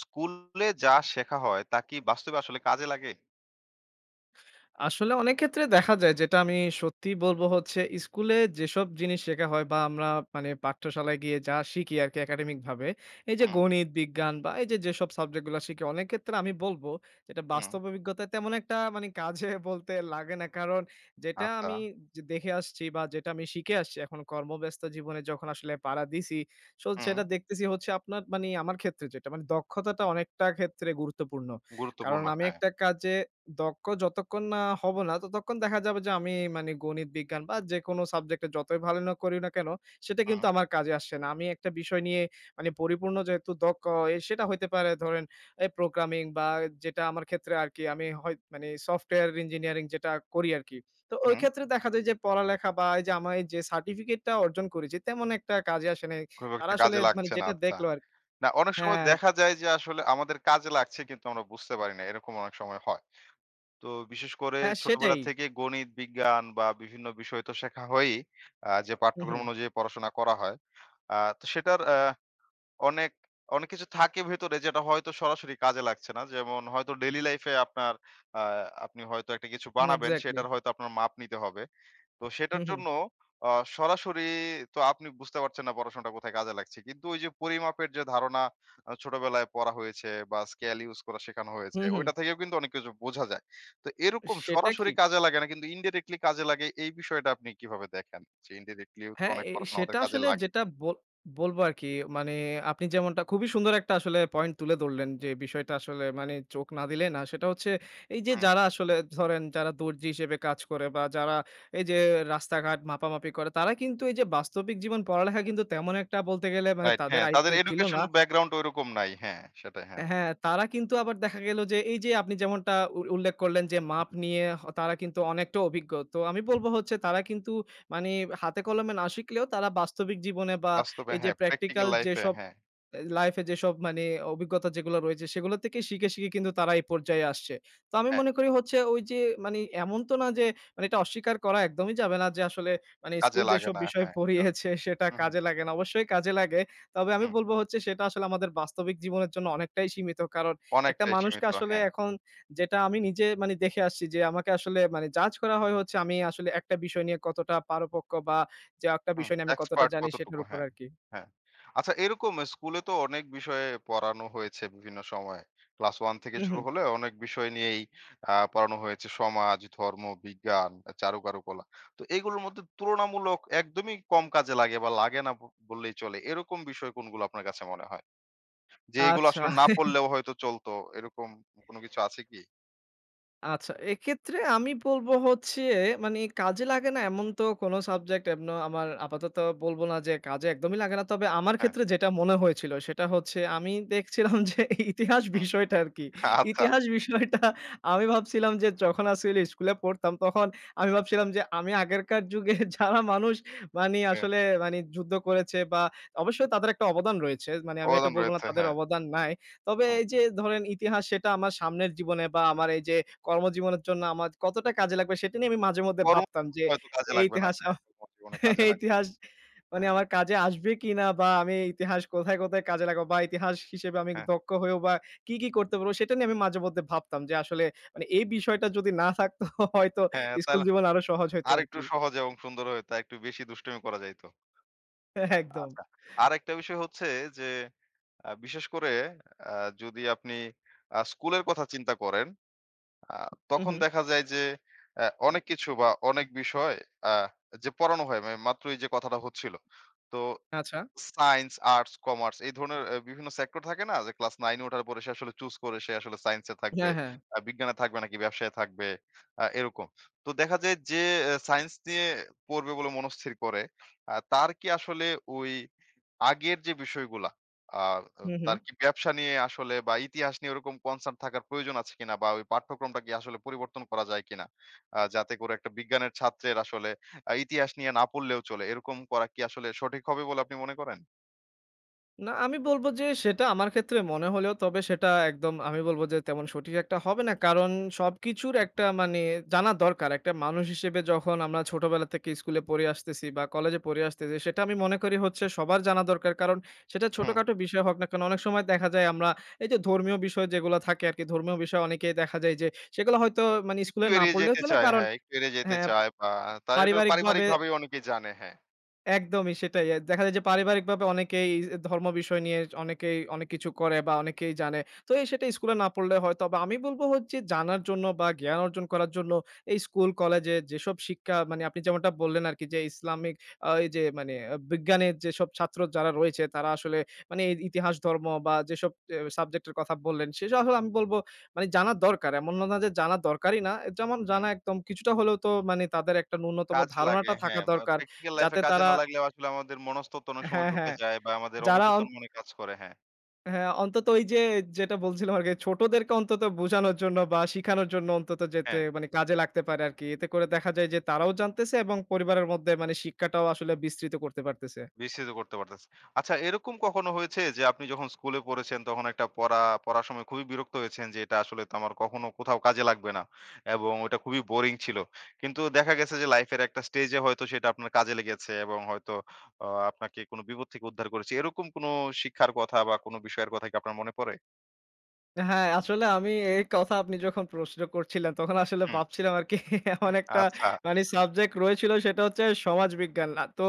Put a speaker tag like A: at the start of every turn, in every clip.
A: স্কুলে যা শেখা হয় তা কি বাস্তবে আসলে কাজে লাগে?
B: আসলে অনেক ক্ষেত্রে দেখা যায় যেটা আমি সত্যিই বলব হচ্ছে স্কুলে যেসব জিনিস শেখা হয় বা আমরা মানে পাঠ্যশালায় গিয়ে যা শিখি আর কি, একাডেমিক ভাবে এই যে
A: হুম,
B: গণিত বিজ্ঞান বা এই যে যেসব সাবজেক্টগুলো শিখি, অনেক ক্ষেত্রে আমি বলবো যেটা
A: হুম,
B: বাস্তব অভিজ্ঞতায় তেমন একটা মানে কাজে বলতে লাগে না। কারণ যেটা
A: আচ্ছা,
B: আমি যে দেখে আসছি বা যেটা আমি শিখে আসছি এখন কর্মব্যস্ত জীবনে যখন আসলে পাড়া দিছি, সো
A: হুম।
B: সেটা দেখতেছি হচ্ছে আপনার মানে আমার ক্ষেত্রে যেটা মানে দক্ষতাটা অনেকটা ক্ষেত্রে গুরুত্বপূর্ণ। কারণ
A: গুরুত্বপূর্ণ,
B: আমি
A: হ্যাঁ।
B: একটা কাজে দক্ষ যতক্ষণ না হব না, ততক্ষণ দেখা যাবে যে আমি মানে গণিত, বিজ্ঞান বা যেকোনো সাবজেক্টে যতই ভালো না করি না কেন, সেটা
A: হুম,
B: কিন্তু আমার কাজে আসছে না। আমি একটা বিষয় নিয়ে মানে পরিপূর্ণ যেহেতু দক্ষ, সেটা হইতে পারে ধরেন এই প্রোগ্রামিং বা যেটা আমার ক্ষেত্রে আরকি, আমি হয় মানে সফটওয়্যার ইঞ্জিনিয়ারিং যেটা করি আরকি। তো ওই
A: হুম।
B: ক্ষেত্রে দেখা যায় যে পড়ালেখা বা এই যে আমার এই যে সার্টিফিকেটটা অর্জন করেছি, তেমন একটা কাজে আসে নাই।
A: খুব
B: তারা
A: একটা
B: আসলে
A: কাজে
B: মানে
A: লাগছে না,
B: যেটা
A: আচ্ছা।
B: দেখলো আরকি।
A: না, অনেক সময়
B: হ্যাঁ,
A: দেখা যায় যে আসলে আমাদের কাজে লাগছে কিন্তু আমরা বুঝতে পারি না। এরকম অনেক সময় হয়। তো বিশেষ করে
B: হ্যাঁ
A: ছোটবেলা
B: সেটাই।
A: থেকে গণিত, বিজ্ঞান বা বিভিন্ন বিষয় তো শেখা হয়ই। যে
B: হু, হু।
A: পাঠ্যক্রম অনুযায়ী পড়াশোনা করা হয়। তো সেটার অনেক, অনেক কিছু থাকে ভেতরে যেটা হয়তো সরাসরি কাজে লাগছে না। যেমন হয়তো ডেইলি লাইফ এ আপনার আ আপনি হয়তো একটা কিছু বানাবেন
B: এক্সাক্টলি।
A: সেটার হয়তো আপনার মাপ নিতে হবে। তো
B: হু,
A: সেটার
B: হু।
A: জন্য আ সরাসরি তো আপনি বুঝতে পারছেন না পড়াশোনাটা কোথায় কাজে লাগছে। কিন্তু ওই যে পরিমাপের যে ধারণা ছোটবেলায় পড়া হয়েছে বা স্কেল ইউস করা শেখানো
B: হু,
A: হয়েছে,
B: হু।
A: ওইটা থেকেও কিন্তু অনেক কিছু বোঝা যায়। তো এরকম
B: সেটা
A: সরাসরি
B: ঠিক।
A: কাজে লাগে না কিন্তু ইনডাইরেক্টলি কাজে লাগে এই বিষয়টা আপনি কিভাবে দেখেন? যে ইনডাইরেক্টলিও তো
B: হ্যাঁ,
A: অনেক পড়াশোনা
B: সেটা
A: আমাদের কাজে
B: আসলে
A: লাগে?
B: যেটা বলবো আরকি, মানে আপনি যেমনটা খুবই সুন্দর একটা আসলে পয়েন্ট তুলে ধরলেন যে বিষয়টা আসলে মানে চোখ না দিলে না। সেটা হচ্ছে এই যে
A: হুম।
B: যারা আসলে ধরেন যারা দর্জি হিসেবে কাজ করে বা যারা এই যে রাস্তাঘাট মাপামাপি করে, তারা কিন্তু এই যে বাস্তবিক জীবন পড়ালেখা কিন্তু তেমন একটা বলতে গেলে মানে
A: রাইট,
B: তাদের
A: হ্যাঁ, তাদের
B: আয়ত্তে ছিল
A: এডুকেশন
B: না।
A: ব্যাকগ্রাউন্ড ঐরকম নাই। হ্যাঁ, সেটাই হ্যাঁ।
B: হ্যাঁ, তারা কিন্তু আবার দেখা গেল যে এই যে আপনি যেমনটা উল্লেখ করলেন যে মাপ নিয়ে হ, তারা কিন্তু অনেকটা অভিজ্ঞ। তো আমি বলব হচ্ছে তারা কিন্তু মানে হাতে কলমে না শিখলেও তারা বাস্তবিক জীবনে বা
A: বাস্তবে
B: এই যে
A: হ্যাঁ,
B: প্র্যাকটিক্যাল
A: প্র্যাকটিক্যাল লাইফ এ
B: যেসব
A: হ্যাঁ,
B: লাইফে যেসব মানে অভিজ্ঞতা যেগুলো রয়েছে, সেগুলো থেকে শিখে, শিখে কিন্তু তারা এই পর্যায়ে আসছে। তো আমি
A: হ্যাঁ,
B: মনে করি হচ্ছে ওই যে মানে এমন তো না যে মানে এটা অস্বীকার করা একদমই যাবে না যে আসলে মানে
A: কাজে
B: স্কুল
A: লাগে
B: যেসব
A: না।
B: বিষয়
A: হ্যাঁ, কাল
B: পড়িয়েছে সেটা
A: হুম, হুম,
B: কাজে লাগে না। অবশ্যই কাজে লাগে। তবে আমি
A: হুম,
B: বলব হচ্ছে সেটা আসলে আমাদের বাস্তবিক জীবনের জন্য অনেকটাই সীমিত। কারণ একটা
A: অনেকটাই
B: মানুষকে
A: সীমিত।
B: আসলে
A: হ্যাঁ,
B: এখন যেটা আমি নিজে মানে দেখে আসছি যে আমাকে আসলে মানে জাজ করা হয় হচ্ছে আমি আসলে একটা বিষয় নিয়ে কতটা পারপক্য বা যে একটা
A: হুম,
B: বিষয় নিয়ে আমি কতটা
A: এক্সপার্ট
B: জানি
A: কতটুকু
B: সেটার উপর
A: হ্যাঁ,
B: আরকি।
A: হ্যাঁ। আচ্ছা, এরকম স্কুলে তো অনেক বিষয়ে পড়ানো হয়েছে বিভিন্ন সময়ে। ক্লাস 1 থেকে
B: হু, হু।
A: শুরু হলে অনেক বিষয় নিয়েই পড়ানো হয়েছে। সমাজ, ধর্ম, বিজ্ঞান, চারুকারুকলা। তো এগুলোর মধ্যে তুলনামূলক একদমই কম কাজে লাগে বা লাগে না বললেই চলে। এরকম বিষয় কোনগুলো আপনার কাছে মনে হয়? যে এগুলো
B: আচ্ছা।
A: আসলে না পড়লেও হয়তো চলতো। এরকম কোনো কিছু আছে কি?
B: আচ্ছা, এক্ষেত্রে আমি বলবো হচ্ছে মানে কাজে লাগে না এমন তো কোনো সাবজেক্ট এমন আমার আপাতত বলব না যে কাজে একদমই লাগে না। তবে আমার
A: হ্যাঁ,
B: ক্ষেত্রে যেটা মনে হয়েছিল সেটা হচ্ছে আমি দেখছিলাম যে ইতিহাস
A: হুম।
B: বিষয়টা আরকি।
A: আচ্ছা।
B: ইতিহাস বিষয়টা আমি ভাবছিলাম যে যখন আসলে স্কুলে পড়তাম তখন আমি
A: হ্যাঁ,
B: ভাবছিলাম যে আমি আগেরকার যুগে যারা মানুষ মানে
A: হ্যাঁ।
B: আসলে মানে যুদ্ধ করেছে বা অবশ্যই তাদের একটা অবদান রয়েছে। মানে আমি এটা
A: অবদান
B: বলব না
A: রয়েছে,
B: তাদের
A: হ্যাঁ।
B: অবদান নাই। তবে
A: হুম।
B: এই যে ধরেন ইতিহাস সেটা আমার সামনের জীবনে বা আমার এই যে কর্মজীবনের জন্য আমার কতটা কাজে লাগবে সেটা নিয়ে আমি মাঝে মধ্যে
A: কর্ম
B: ভাবতাম যে
A: হয়তো কাজে
B: এই
A: লাগবে না।
B: ইতিহাস
A: হ্যাঁ, কর্মজীবনে কাজে
B: এই
A: লাগবে।
B: ইতিহাস মানে
A: হ্যাঁ,
B: আমার কাজে আসবে কিনা বা আমি ইতিহাস কোথায়, কোথায় কাজে লাগাবো বা ইতিহাস হিসেবে আমি
A: হ্যাঁ।
B: দক্ষ হয়েও বা কি, কি করতে পারবো সেটা নিয়ে আমি মাঝে মধ্যে ভাবতাম যে আসলে মানে এই বিষয়টা যদি না থাকতো হয়তো
A: হ্যাঁ,
B: স্কুল
A: তাহলে
B: জীবন আরো সহজ হইতো
A: আরেকটু
B: আরকি।
A: সহজ এবং সুন্দর হইতো। একটু বেশি দুষ্টুমি করা যাইত।
B: হ্যাঁ, একদম।
A: আচ্ছা। আরেকটা বিষয় হচ্ছে যে বিশেষ করে আ যদি আপনি স্কুলের কথা চিন্তা করেন, আ
B: হু,
A: তখন
B: হু।
A: দেখা যায় যে অনেক কিছু বা অনেক বিষয় আ যে পড়ানো হয় মানে মাত্রই যে কথাটা হচ্ছিল। তো
B: আচ্ছা।
A: সায়েন্স, আর্টস, কমার্স এই ধরনের বিভিন্ন সেক্টর থাকে না? যে ক্লাস 9 এ ওঠার পরে সে আসলে চুজ করে সে আসলে সায়েন্স এ থাকবে,
B: হ্যাঁ, হ্যাঁ।
A: বিজ্ঞানে থাকবে নাকি ব্যবসায় থাকবে এরকম। তো দেখা যায় যে সায়েন্স নিয়ে পড়বে বলে মনস্থির করে, তার কি আসলে ওই আগের যে বিষয়গুলা আ
B: হু, হু।
A: তার কি ব্যবসা নিয়ে আসলে বা ইতিহাস নিয়ে ওরকম কনসার্ন থাকার প্রয়োজন আছে কিনা? বা ওই পাঠ্যক্রমটা কি আসলে পরিবর্তন করা যায় কিনা? যাতে করে একটা বিজ্ঞানের ছাত্রের আসলে ইতিহাস নিয়ে না পড়লেও চলে। এরকম করা কি আসলে সঠিক হবে বলে আপনি মনে করেন?
B: না, আমি বলব যে সেটা আমার ক্ষেত্রে মনে হলেও তবে সেটা একদম আমি বলব যে তেমন সঠিক একটা হবে না। কারণ সবকিছুর একটা মানে জানা দরকার। একটা মানুষ হিসেবে যখন আমরা ছোটবেলা থেকে স্কুলে পড়ে আসতেছি বা কলেজে পড়ে আসতেছি, সেটা আমি মনে করি হচ্ছে সবার জানা দরকার। কারণ সেটা
A: হুম।
B: ছোটখাটো বিষয় হোক না কেন, অনেক সময় দেখা যায় আমরা এই যে ধর্মীয় বিষয় যেগুলো থাকে আরকি, ধর্মীয় বিষয় অনেকেই দেখা যায় যে সেগুলো হয়তো মানে
A: একটু
B: স্কুলে না
A: এড়িয়ে
B: পড়লেও
A: যেতে
B: চলে
A: চায়,
B: কারণ,
A: হ্যাঁ, একটু এড়িয়ে যেতে
B: হ্যাঁ,
A: চায় বা তারা এটা
B: পারিবারিকভাবে
A: পারিবারিকভাবেই অনেকেই জানে, হ্যাঁ।
B: একদমই সেটাই। দেখা যায় যে পারিবারিকভাবে অনেকেই ধর্ম বিষয় নিয়ে অনেকেই অনেক কিছু করে বা অনেকেই জানে। তো এই সেটা স্কুলে না পড়লে হয়। তবে আমি বলব হচ্ছে জানার জন্য বা জ্ঞান অর্জন করার জন্য এই স্কুল কলেজে যেসব শিক্ষা মানে আপনি যেমনটা বললেন আরকি যে ইসলামিক এই যে মানে বিজ্ঞানের যেসব ছাত্র যারা রয়েছে তারা আসলে মানে এই ইতিহাস, ধর্ম বা যেসব সাবজেক্টের কথা বললেন, সেসব আসলে আমি বলব মানে জানা দরকার। এমন না যে জানা দরকারই না। যেমন
A: হুম।
B: জানা একদম কিছুটা হলেও তো মানে তাদের একটা ন্যূনতম
A: কাজে লাগে,
B: ধারণাটা থাকা
A: হ্যাঁ। বা
B: দরকার।
A: প্র্যাকটিক্যাল লাইফ এ
B: যাতে
A: কাজে
B: তারা
A: না লাগলেও আসলে আমাদের মনস্তত্ত্ব অনেক সময়
B: হ্যাঁ,
A: ঢুকে
B: হ্যাঁ।
A: যায় বা আমাদের
B: যারা অন
A: অবচেতন মনে কাজ করে, হ্যাঁ।
B: হ্যাঁ, অন্তত ওই যে যেটা বলছিলাম আরকি, ছোটদেরকে অন্তত বোঝানোর জন্য বা শিখানোর জন্য অন্তত যেতে
A: হ্যাঁ।
B: মানে কাজে লাগতে পারে আরকি। এতে করে দেখা যায় যে তারাও জানতেছে এবং পরিবারের মধ্যে মানে শিক্ষাটাও আসলে বিস্তৃত করতে পারতেছে।
A: বিস্তৃত করতে পারতেছে। আচ্ছা, এরকম কখনো হয়েছে যে আপনি যখন স্কুলে পড়েছেন তখন একটা পড়া পড়ার সময় খুবই বিরক্ত হয়েছেন যে এটা আসলে তো আমার কখনো কোথাও কাজে লাগবে না এবং ওটা খুবই বোরিং ছিল। কিন্তু দেখা গেছে যে লাইফের একটা স্টেজে হয়তো সেটা আপনার কাজে লেগেছে এবং হয়তো আপনাকে কোনো বিপদ থেকে উদ্ধার করেছে। এরকম কোনো শিক্ষার কথা বা কোনো বিষয়ের কথা কি আপনার মনে পড়ে?
B: হ্যাঁ, আসলে আমি এই কথা আপনি যখন প্রশ্ন করছিলেন, তখন আসলে
A: হুম,
B: ভাবছিলাম আরকি এমন একটা
A: আচ্ছা,
B: মানে সাবজেক্ট রয়েছিল সেটা হচ্ছে সমাজবিজ্ঞান। তো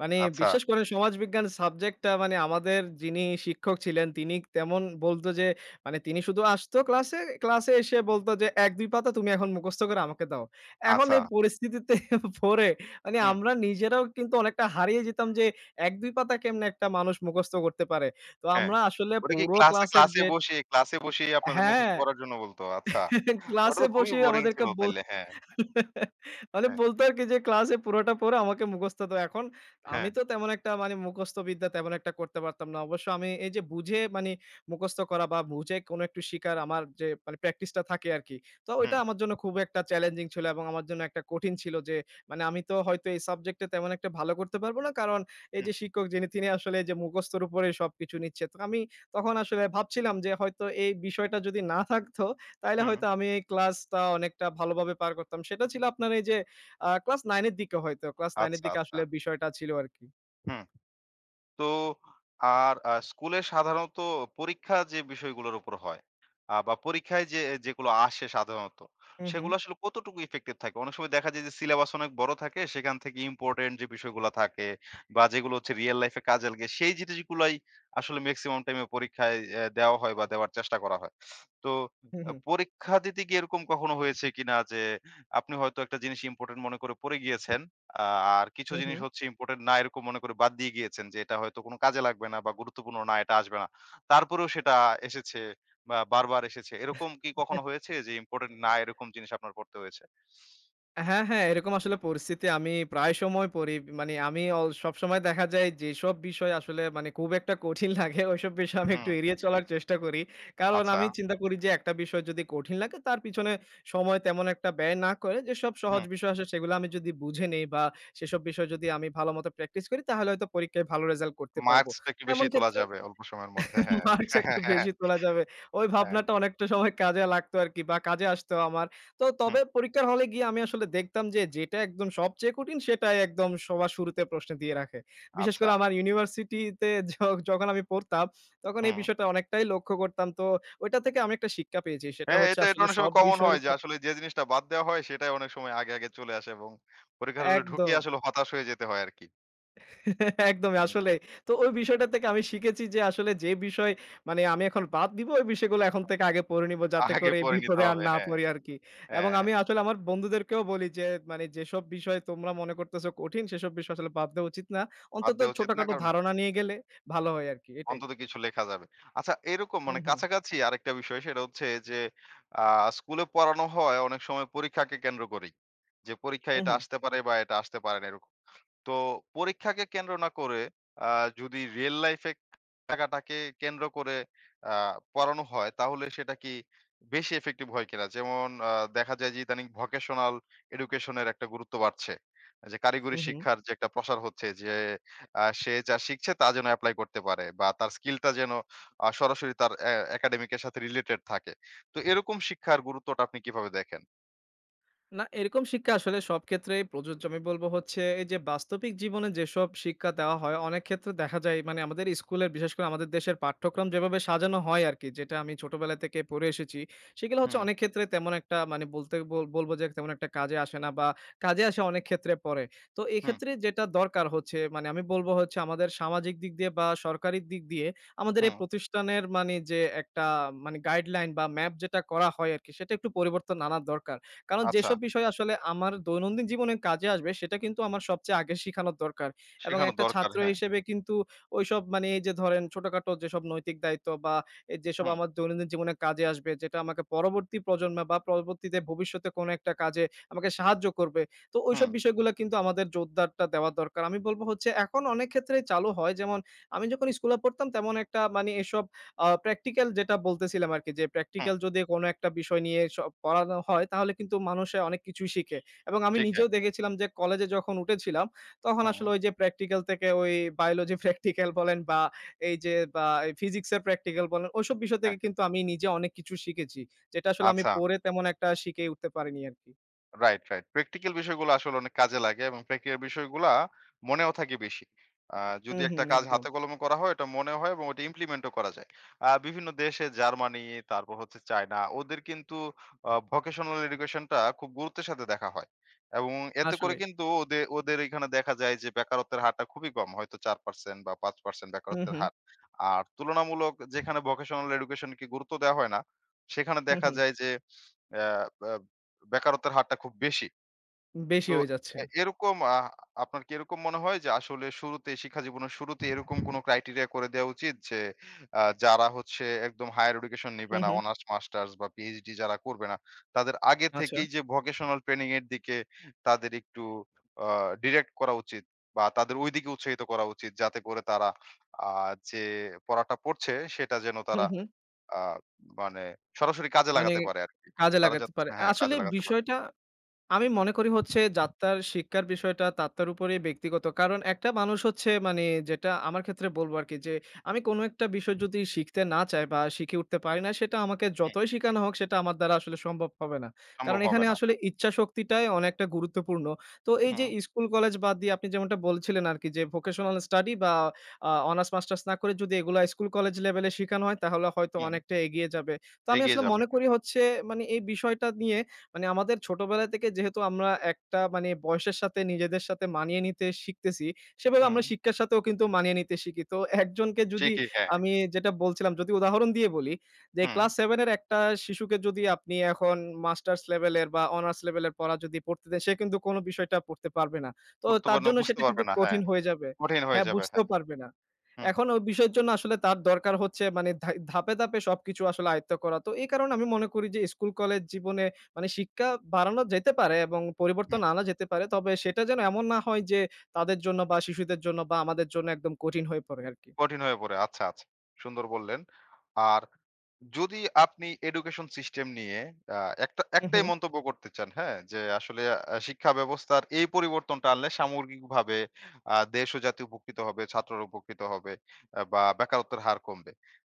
B: মানে
A: আচ্ছা,
B: বিশেষ করে সমাজবিজ্ঞান সাবজেক্টটা মানে আমাদের যিনি শিক্ষক ছিলেন তিনি তেমন বলত যে মানে তিনি শুধু আসতো ক্লাসে, ক্লাসে এসে বলত যে ১-২ পাতা তুমি এখন মুখস্থ করে আমাকে দাও। এখন
A: আচ্ছা,
B: এই পরিস্থিতিতে পড়ে মানে
A: হুম।
B: আমরা নিজেরাও কিন্তু অনেকটা হারিয়ে যেতাম যে ১-২ পাতা কেমনে একটা মানুষ মুখস্থ করতে পারে। তো
A: হ্যাঁ।
B: আমরা আসলে
A: ওটা কি
B: পুরো
A: ক্লাসে
B: ক্লাসের
A: ক্লাসে
B: যে
A: বসে ক্লাসে বসেই আপনাদের মুখস্থ
B: হ্যাঁ,
A: করার জন্য বলতো? আচ্ছা। ওটা
B: ক্লাসে
A: তো খুবই
B: বসেই
A: বোরিং
B: আমাদেরকে
A: ছিল
B: বল
A: তাইলে। হ্যাঁ,
B: মানে
A: হ্যাঁ,
B: বলতো আরকি যে ক্লাসে পুরোটা পড়ে আমাকে মুখস্থ দাও। এখন আমি
A: হ্যাঁ।
B: তো তেমন একটা মানে মুখস্থ বিদ্যা তেমন একটা করতে পারতাম না। অবশ্য আমি এই যে বুঝে মানে মুখস্থ করা বা বুঝে কোনো একটু শিকার আমার যে মানে প্র্যাকটিসটা থাকে আরকি। তো ওইটা
A: হুম,
B: আমার জন্য খুব একটা চ্যালেঞ্জিং ছিল এবং আমার জন্য একটা কঠিন ছিল যে মানে আমি তো হয়তো এই সাবজেক্টে তেমন একটা ভালো করতে পারব না। কারণ এই
A: হুম,
B: যে শিক্ষক যিনি তিনি আসলে এই যে মুখস্থর উপরে সবকিছু নিচ্ছে। তো আমি তখন আসলে ভাবছিলাম যে হয়তো এই বিষয়টা যদি না থাকতো তাইলে
A: হুম।
B: হয়তো আমি এই ক্লাসটা অনেকটা ভালোভাবে পার করতাম। সেটা ছিল আপনার এই যে ক্লাস ৯ এর দিকে হয়তো। ক্লাস ৯ এর
A: আচ্ছা,
B: দিকে
A: আচ্ছা।
B: আসলে বিষয়টা ছিল আরকি।
A: হুম। তো আর স্কুলে সাধারণত পরীক্ষা যে বিষয়গুলোর উপর হয় বা পরীক্ষায় যে যেগুলো আসে সাধারণত,
B: হু, হু।
A: সেগুলো আসলে কতটুকু ইফেক্টিভ থাকে? অনেক সময় দেখা যায় যে সিলেবাস অনেক বড় থাকে, সেখান থেকে ইম্পোর্টেন্ট যে বিষয়গুলো থাকে বা যেগুলো হচ্ছে রিয়াল লাইফ এ কাজে লাগে, সেই জিনিসগুলাই আসলে মেক্সিমাম টাইমে পরীক্ষায় এ দেওয়া হয় বা দেওয়ার চেষ্টা করা হয়। তো
B: হু, হু,
A: পরীক্ষা দিতে গিয়ে এরকম কখনো হয়েছে কিনা যে আপনি হয়তো একটা জিনিস ইম্পোর্টেন্ট মনে করে পড়ে গিয়েছেন। আ আর কিছু
B: হু,
A: জিনিস হচ্ছে ইম্পোর্টেন্ট না এরকম মনে করে বাদ দিয়ে গিয়েছেন যে এটা হয়তো কোনো কাজে লাগবে না বা গুরুত্বপূর্ণ না এটা আসবে না। তারপরেও সেটা এসেছে বা বারবার এসেছে। এরকম কি
B: হু।
A: কখনো হয়েছে যে ইম্পোর্টেন্ট না এরকম জিনিস আপনার পড়তে হয়েছে?
B: হ্যাঁ, হ্যাঁ, এরকম আসলে পরিস্থিতি আমি প্রায় সময় পড়ি। মানে আমি সবসময় দেখা যায় যেসব বিষয় আসলে মানে খুব একটা কঠিন লাগে, ওইসব বিষয় আমি
A: হুম,
B: একটু এড়িয়ে চলার চেষ্টা করি। কারণ
A: আচ্ছা।
B: আমি চিন্তা করি যে একটা বিষয় যদি কঠিন লাগে তার পিছনে সময় তেমন একটা ব্যয় না করে যেসব সহজ
A: হুম,
B: বিষয় আসে সেগুলো আমি যদি বুঝে নেই বা সেসব বিষয় যদি আমি ভালোমতো প্র্যাকটিস করি, তাহলে হয়তো পরীক্ষায় ভালো রেজাল্ট করতে পারব।
A: মার্কসটা একটু বেশি
B: এমন
A: তোলা
B: ক্ষেত্রে
A: যাবে অল্প সময়ের মধ্যে। হ্যাঁ,
B: মার্কস
A: হ্যাঁ, হ্যাঁ
B: একটু
A: হ্যাঁ,
B: বেশি তোলা যাবে। ওই
A: হ্যাঁ,
B: ভাবনাটা অনেকটা সময় কাজে লাগতো আরকি বা কাজে আসতো আমার। তো
A: হুম,
B: তবে পরীক্ষার হলে গিয়ে আমি আসলে দেখতাম যে যেটা একদম সবচেয়ে কঠিন সেটাই একদম সবার শুরুতে প্রশ্নে দিয়ে রাখে। বিশেষ
A: আচ্ছা।
B: করে আমার ইউনিভার্সিটিতে য যখন আমি পড়তাম তখন এই
A: হুম।
B: বিষয়টা অনেকটাই লক্ষ্য করতাম। তো ওইটা থেকে আমি একটা শিক্ষা পেয়েছি। সেটা
A: হ্যাঁ,
B: হচ্ছে
A: এটা এটা
B: আসলে
A: অনেক
B: সব
A: সময় কমন
B: বিষয়ের
A: হয় যে
B: উপর
A: আসলে যে জিনিসটা বাদ দেওয়া হয় সেটাই অনেক সময় আগে, আগে চলে আসে এবং পরীক্ষার হলে ঢুকিয়ে
B: একদম।
A: আসলে হতাশ হয়ে যেতে হয় আরকি।
B: একদমই
A: হ্যাঁ,
B: আসলেই। তো ওই
A: হ্যাঁ।
B: বিষয়টা থেকে আমি শিখেছি যে আসলে যে বিষয় মানে আমি এখন বাদ দিব, ওই বিষয়গুলো এখন থেকে আগে পড়ে নিব যাতে
A: আগে
B: করে এই
A: পড়ে নিতে
B: বিপদে আর
A: হবে।
B: না
A: হ্যাঁ।
B: পড়ি আরকি। এবং
A: হ্যাঁ, হ্যাঁ।
B: আমি আসলে আমার বন্ধুদেরকেও বলি যে মানে যেসব বিষয় তোমরা মনে করতেছো কঠিন, সেসব বিষয় আসলে বাদ দেওয়া উচিত না।
A: বাদ
B: অন্তত
A: দেওয়া উচিত না।
B: ছোটখাটো
A: কারণ
B: ধারণা নিয়ে গেলে ভালো হয় আরকি, এটাই।
A: অন্তত কিছু লেখা যাবে। আচ্ছা, এরকম
B: হু,
A: মানে
B: হু।
A: কাছাকাছি আরেকটা বিষয় সেটা হচ্ছে যে আ স্কুলে পড়ানো হয় অনেক সময় পরীক্ষাকে কেন্দ্র করেই। যে পরীক্ষায়
B: হু,
A: এটা
B: হু।
A: আসতে পারে বা এটা আসতে পারে না এরকম। তো পরীক্ষাকে কেন্দ্র না করে আ যদি রিয়াল লাইফ এ টাকাটাকে কেন্দ্র করে আ পড়ানো হয় তাহলে সেটা কি বেশি ইফেক্টিভ হয় কিনা? যেমন দেখা যায় যে ইদানিং ভোকেশনাল এডুকেশন এর একটা গুরুত্ব বাড়ছে। যে
B: হু,
A: কারিগরি
B: হু।
A: শিক্ষার যে একটা প্রসার হচ্ছে যে সে যা শিখছে তা যেন এপ্লাই করতে পারে বা তার স্কিলটা যেন সরাসরি তার এ একাডেমিক এর সাথে রিলেটেড থাকে। তো এরকম শিক্ষার গুরুত্বটা আপনি কিভাবে দেখেন?
B: না, এরকম শিক্ষা আসলে সব ক্ষেত্রেই প্রযোজ্য। আমি বলব হচ্ছে এই যে বাস্তবিক জীবনে যেসব শিক্ষা দেওয়া হয়, অনেক ক্ষেত্রে দেখা যায় মানে আমাদের স্কুলের বিশেষ করে আমাদের দেশের পাঠ্যক্রম যেভাবে সাজানো হয় আরকি, যেটা আমি ছোটবেলা থেকে পড়ে এসেছি, সেগুলো হচ্ছে
A: হুম,
B: অনেক ক্ষেত্রে তেমন একটা মানে বলতে বল বলব যে তেমন একটা কাজে আসে না বা কাজে আসে অনেক ক্ষেত্রে পরে। তো
A: হুম,
B: এক্ষেত্রে যেটা দরকার হচ্ছে মানে আমি বলব হচ্ছে আমাদের সামাজিক দিক দিয়ে বা সরকারি দিক দিয়ে আমাদের এই
A: হুম।
B: প্রতিষ্ঠানের মানে যে একটা মানে গাইডলাইন বা ম্যাপ যেটা করা হয় আরকি, সেটা একটু পরিবর্তন আনার দরকার। কারণ
A: আচ্ছা,
B: যেসব বিষয় আসলে আমার দৈনন্দিন জীবনে কাজে আসবে, সেটা কিন্তু আমার সবচেয়ে আগে শিখানোর দরকার। এবং
A: শেখানো
B: একটা
A: দরকার।
B: ছাত্র
A: হ্যাঁ।
B: হিসেবে কিন্তু ওইসব মানে এই যে ধরেন ছোটখাটো যেসব নৈতিক দায়িত্ব বা যেসব
A: হুম,
B: আমার দৈনন্দিন জীবনে কাজে আসবে, যেটা আমাকে পরবর্তী প্রজন্মে বা পরবর্তীতে ভবিষ্যতে কোনো একটা কাজে আমাকে সাহায্য করবে। তো ওইসব
A: হুম,
B: বিষয়গুলা কিন্তু আমাদের জোরদারটা দেওয়া দরকার। আমি বলব হচ্ছে এখন অনেক ক্ষেত্রেই চালু হয়। যেমন আমি যখন স্কুলে পড়তাম তেমন একটা মানে এসব প্র্যাকটিক্যাল যেটা বলতেছিলাম আরকি, যে
A: হুম।
B: প্র্যাকটিক্যাল যদি কোনো একটা বিষয় নিয়ে পড়ানো হয় তাহলে কিন্তু মানুষে অনেক কিছুই শিখে। এবং আমি
A: ঠিক হ্যাঁ।
B: নিজেও দেখেছিলাম যে কলেজে যখন উঠেছিলাম তখন
A: হুম,
B: আসলে ওই যে প্র্যাকটিক্যাল থেকে ওই বায়োলজি প্র্যাকটিক্যাল বলেন বা এই যে বা ফিজিক্সের প্র্যাকটিক্যাল বলেন, ওইসব বিষয়
A: হ্যাঁ।
B: থেকে কিন্তু আমি নিজে অনেক কিছু শিখেছি। যেটা আসলে আমি
A: আচ্ছা।
B: পড়ে তেমন একটা শিখে উঠতে পারিনি আরকি।
A: Right, right. প্র্যাকটিক্যাল বিষয়গুলো আসলে অনেক কাজে লাগে এবং প্র্যাকটিক্যাল বিষয়গুলা মনেও থাকে বেশি। আ যদি
B: হুম,
A: একটা
B: হুম,
A: কাজ
B: একদম।
A: হাতে কলমে করা হয়, ওটা মনে হয় এবং ওটা ইমপ্লিমেন্টও করা যায়। বিভিন্ন দেশে জার্মানি, তারপর হচ্ছে চায়না, ওদের কিন্তু ভোকেশনাল এডুকেশনটা খুব গুরুত্বের সাথে দেখা হয়। এবং এতে করে
B: আসলেই।
A: কিন্তু ওদের এখানে দেখা যায় যে বেকারত্বের হারটা খুবই কম। হয়তো ৪% বা ৫%
B: হুম,
A: বেকারত্বের
B: হুম,
A: হার। আর তুলনামূলক যেখানে ভোকেশনাল এডুকেশনকে গুরুত্ব দেওয়া হয় না, সেখানে
B: হুম,
A: দেখা
B: হুম।
A: যায় যে অ্যা ব্যা বেকারত্বের হারটা খুব বেশি। তো
B: বেশি হয়ে যাচ্ছে।
A: এরকম আপনার কি এরকম মনে হয় যে আসলে শুরুতে শিক্ষা জীবনের শুরুতে এরকম কোনো ক্রাইটেরিয়া করে দেওয়া উচিত যে যারা হচ্ছে একদম হায়ার এডুকেশন নিবে
B: হুম,
A: না,
B: হুম।
A: অনার্স, মাস্টার্স বা পিএইচডি যারা করবে না, তাদের আগে
B: আচ্ছা।
A: থেকেই যে ভোকেশনাল ট্রেনিং এর দিকে তাদের একটু আ ডিরেক্ট করা উচিত বা তাদের ওইদিকে উৎসাহিত করা উচিত যাতে করে তারা আ যে পড়াটা পড়ছে সেটা যেন
B: হুম,
A: তারা
B: হুম।
A: আ মানে সরাসরি কাজে
B: মানে
A: লাগাতে পারে আরকি।
B: কাজে
A: তারা
B: লাগাতে
A: যাতে
B: পারে।
A: হ্যাঁ,
B: আসলে
A: কাজে লাগাতে পারে।
B: বিষয়টা আমি মনে করি হচ্ছে যাত্রার শিক্ষার বিষয়টা তাত্তার উপরেই ব্যক্তিগত। কারণ একটা মানুষ হচ্ছে মানে যেটা আমার ক্ষেত্রে বলবো আরকি যে, আমি কোনো একটা বিষয় যদি শিখতে না চাই বা শিখে উঠতে পারি না, সেটা আমাকে
A: হুম,
B: যতই শিখানো হোক সেটা আমার দ্বারা আসলে সম্ভব হবে না।
A: সম্ভব
B: কারণ
A: হবে
B: এখানে
A: না।
B: আসলে ইচ্ছাশক্তিটাই অনেকটা গুরুত্বপূর্ণ। তো এই যে
A: হুম,
B: স্কুল, কলেজ বাদ দিয়ে আপনি যেমনটা বলছিলেন আরকি যে ভোকেশনাল স্টাডি বা অনার্স, মাস্টার্স না করে যদি এগুলা স্কুল, কলেজ লেভেলে শিখানো হয় তাহলে হয়তো
A: হুম,
B: অনেকটা এগিয়ে যাবে। তো আমি
A: এগিয়ে
B: আসলে
A: যাবে।
B: মনে করি হচ্ছে মানে এই বিষয়টা নিয়ে মানে আমাদের ছোটবেলা থেকে যেহেতু আমরা একটা মানে বয়সের সাথে নিজেদের সাথে মানিয়ে নিতে শিখতেছি, সেভাবে
A: হুম,
B: আমরা শিক্ষার সাথেও কিন্তু মানিয়ে নিতে শিখি। তো একজনকে যদি
A: ঠিকই হ্যাঁ,
B: আমি যেটা বলছিলাম, যদি উদাহরণ দিয়ে বলি যে
A: হুম।
B: ক্লাস ৭ এর একটা শিশুকে যদি আপনি এখন মাস্টার্স লেভেলের বা অনার্স লেভেলের পড়া যদি পড়তে দেন, সে কিন্তু কোন বিষয়টা পড়তে পারবে না। তো তার
A: গুরুত্বপূর্ণ
B: জন্য
A: বুঝতে
B: সেটা
A: পারবে
B: কিন্তু
A: না। হ্যাঁ,
B: কঠিন হয়ে যাবে।
A: কঠিন হয়ে
B: হ্যাঁ,
A: যাবে।
B: বুঝতেও
A: হ্যাঁ,
B: পারবে না।
A: হুম,
B: এখন ওই বিষয়ের জন্য আসলে তার দরকার হচ্ছে মানে ধাপে, ধাপে সবকিছু আসলে আয়ত্ত করা। তো এই কারণে আমি মনে করি যে স্কুল কলেজ জীবনে মানে শিক্ষা বাড়ানো যেতে পারে এবং পরিবর্তন
A: হুম।
B: আনা যেতে পারে। তবে সেটা যেন এমন না হয় যে তাদের জন্য বা শিশুদের জন্য বা আমাদের জন্য একদম কঠিন হয়ে পড়ে আরকি।
A: কঠিন হয়ে পড়ে। আচ্ছা, আচ্ছা। সুন্দর বললেন। আর যদি আপনি এডুকেশন সিস্টেম নিয়ে আ
B: হু, হু।
A: একটাই মন্তব্য করতে চান, হ্যাঁ? যে আসলে শিক্ষা ব্যবস্থার এই পরিবর্তনটা আনলে সামগ্রিকভাবে দেশ ও জাতি উপকৃত হবে, ছাত্ররা উপকৃত হবে বা বেকারত্বের হার কমবে।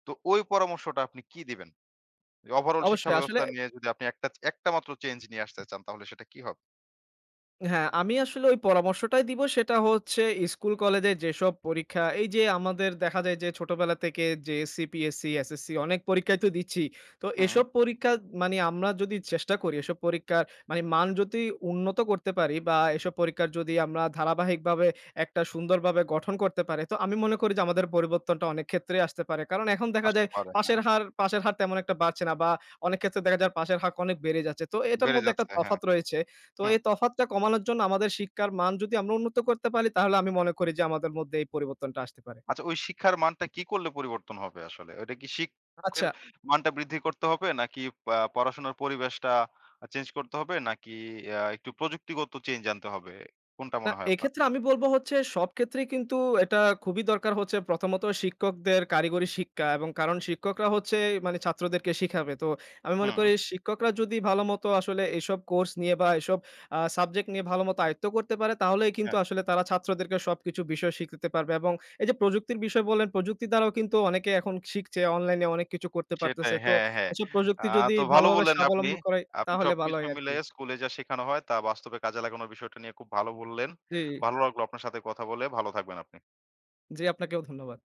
A: তো ওই পরামর্শটা আপনি কি দিবেন? ওভারঅল শিক্ষা
B: অবশ্যই আসলে
A: ব্যবস্থা নিয়ে যদি আপনি একটা একটা মাত্র চেঞ্জ নিয়ে আসতে চান তাহলে সেটা কি হবে?
B: হ্যাঁ, আমি আসলে ওই পরামর্শটাই দিব, সেটা হচ্ছে স্কুল কলেজে যেসব পরীক্ষা এই যে আমাদের দেখা যায় যে ছোটবেলা থেকে জেএসসি, পিএসসি, এসএসসি অনেক পরীক্ষাই তো দিচ্ছি। তো
A: হুম,
B: এসব পরীক্ষা মানে আমরা যদি চেষ্টা করি এসব পরীক্ষার মানে মান যদি উন্নত করতে পারি বা এসব পরীক্ষার যদি আমরা ধারাবাহিকভাবে একটা সুন্দরভাবে গঠন করতে পারি, তো আমি মনে করি যে আমাদের পরিবর্তনটা অনেক ক্ষেত্রেই আসতে পারে। কারণ এখন দেখা
A: আসতে
B: যায়
A: পারে। হ্যাঁ,
B: পাশের হার তেমন একটা বাড়ছে না বা অনেক ক্ষেত্রে দেখা যায় পাশের হার অনেক বেড়ে যাচ্ছে। তো এটার
A: বেড়ে
B: মধ্যে একটা
A: যাচ্ছে। হ্যাঁ।
B: তফাৎ রয়েছে। তো
A: হুম।
B: এই তফাৎটা কমানোর জন্য আমাদের শিক্ষার মান যদি আমরা উন্নত করতে পারি, তাহলে আমি মনে করি যে আমাদের মধ্যে এই পরিবর্তনটা আসতে পারে।
A: আচ্ছা, ওই শিক্ষার মানটা কি করলে পরিবর্তন হবে আসলে? ওইটা কি
B: আচ্ছা,
A: শিক্ষকের মানটা বৃদ্ধি করতে হবে? নাকি পড়াশোনার পরিবেশটা চেঞ্জ করতে হবে? নাকি একটু প্রযুক্তিগত চেঞ্জ আনতে হবে? কোনটা
B: না,
A: মনে হয় আপনার?
B: এক্ষেত্রে আমি বলব হচ্ছে সব ক্ষেত্রেই কিন্তু এটা খুবই দরকার হচ্ছে প্রথমত শিক্ষকদের কারিগরি শিক্ষা এবং কারণ শিক্ষকরা হচ্ছে মানে ছাত্রদেরকে শিখাবে। তো আমি মনে
A: হুম,
B: করি শিক্ষকরা যদি ভালোমতো আসলে এসব কোর্স নিয়ে বা এসব সাবজেক্ট নিয়ে ভালোমতো আয়ত্ত করতে পারে তাহলেই
A: হ্যাঁ,
B: কিন্তু আসলে তারা ছাত্রদেরকে সবকিছু বিষয় শিখাতে পারবে এবং এই যে প্রযুক্তির বিষয় বললেন, প্রযুক্তি দ্বারাও কিন্তু অনেকে এখন শিখছে, অনলাইনে অনেক কিছু করতে
A: সেটাই।
B: পারতেছে। তো
A: হ্যাঁ, হ্যাঁ।
B: এসব
A: আ
B: প্রযুক্তি যদি
A: তো ভালো
B: ভালোভাবে
A: বললেন আপনি।
B: স্বাবলম্বী করে
A: আপনি
B: তাহলে ভালো
A: সবকিছু
B: হয় আরকি।
A: মিলাইয়া স্কুলে যা শেখানো হয় তা বাস্তবে কাজে লাগানোর বিষয়টা নিয়ে খুব ভালো বললেন।
B: জি,
A: ভালো লাগলো আপনার সাথে কথা বলে। ভালো থাকবেন আপনি।
B: জি আপনাকেও ধন্যবাদ।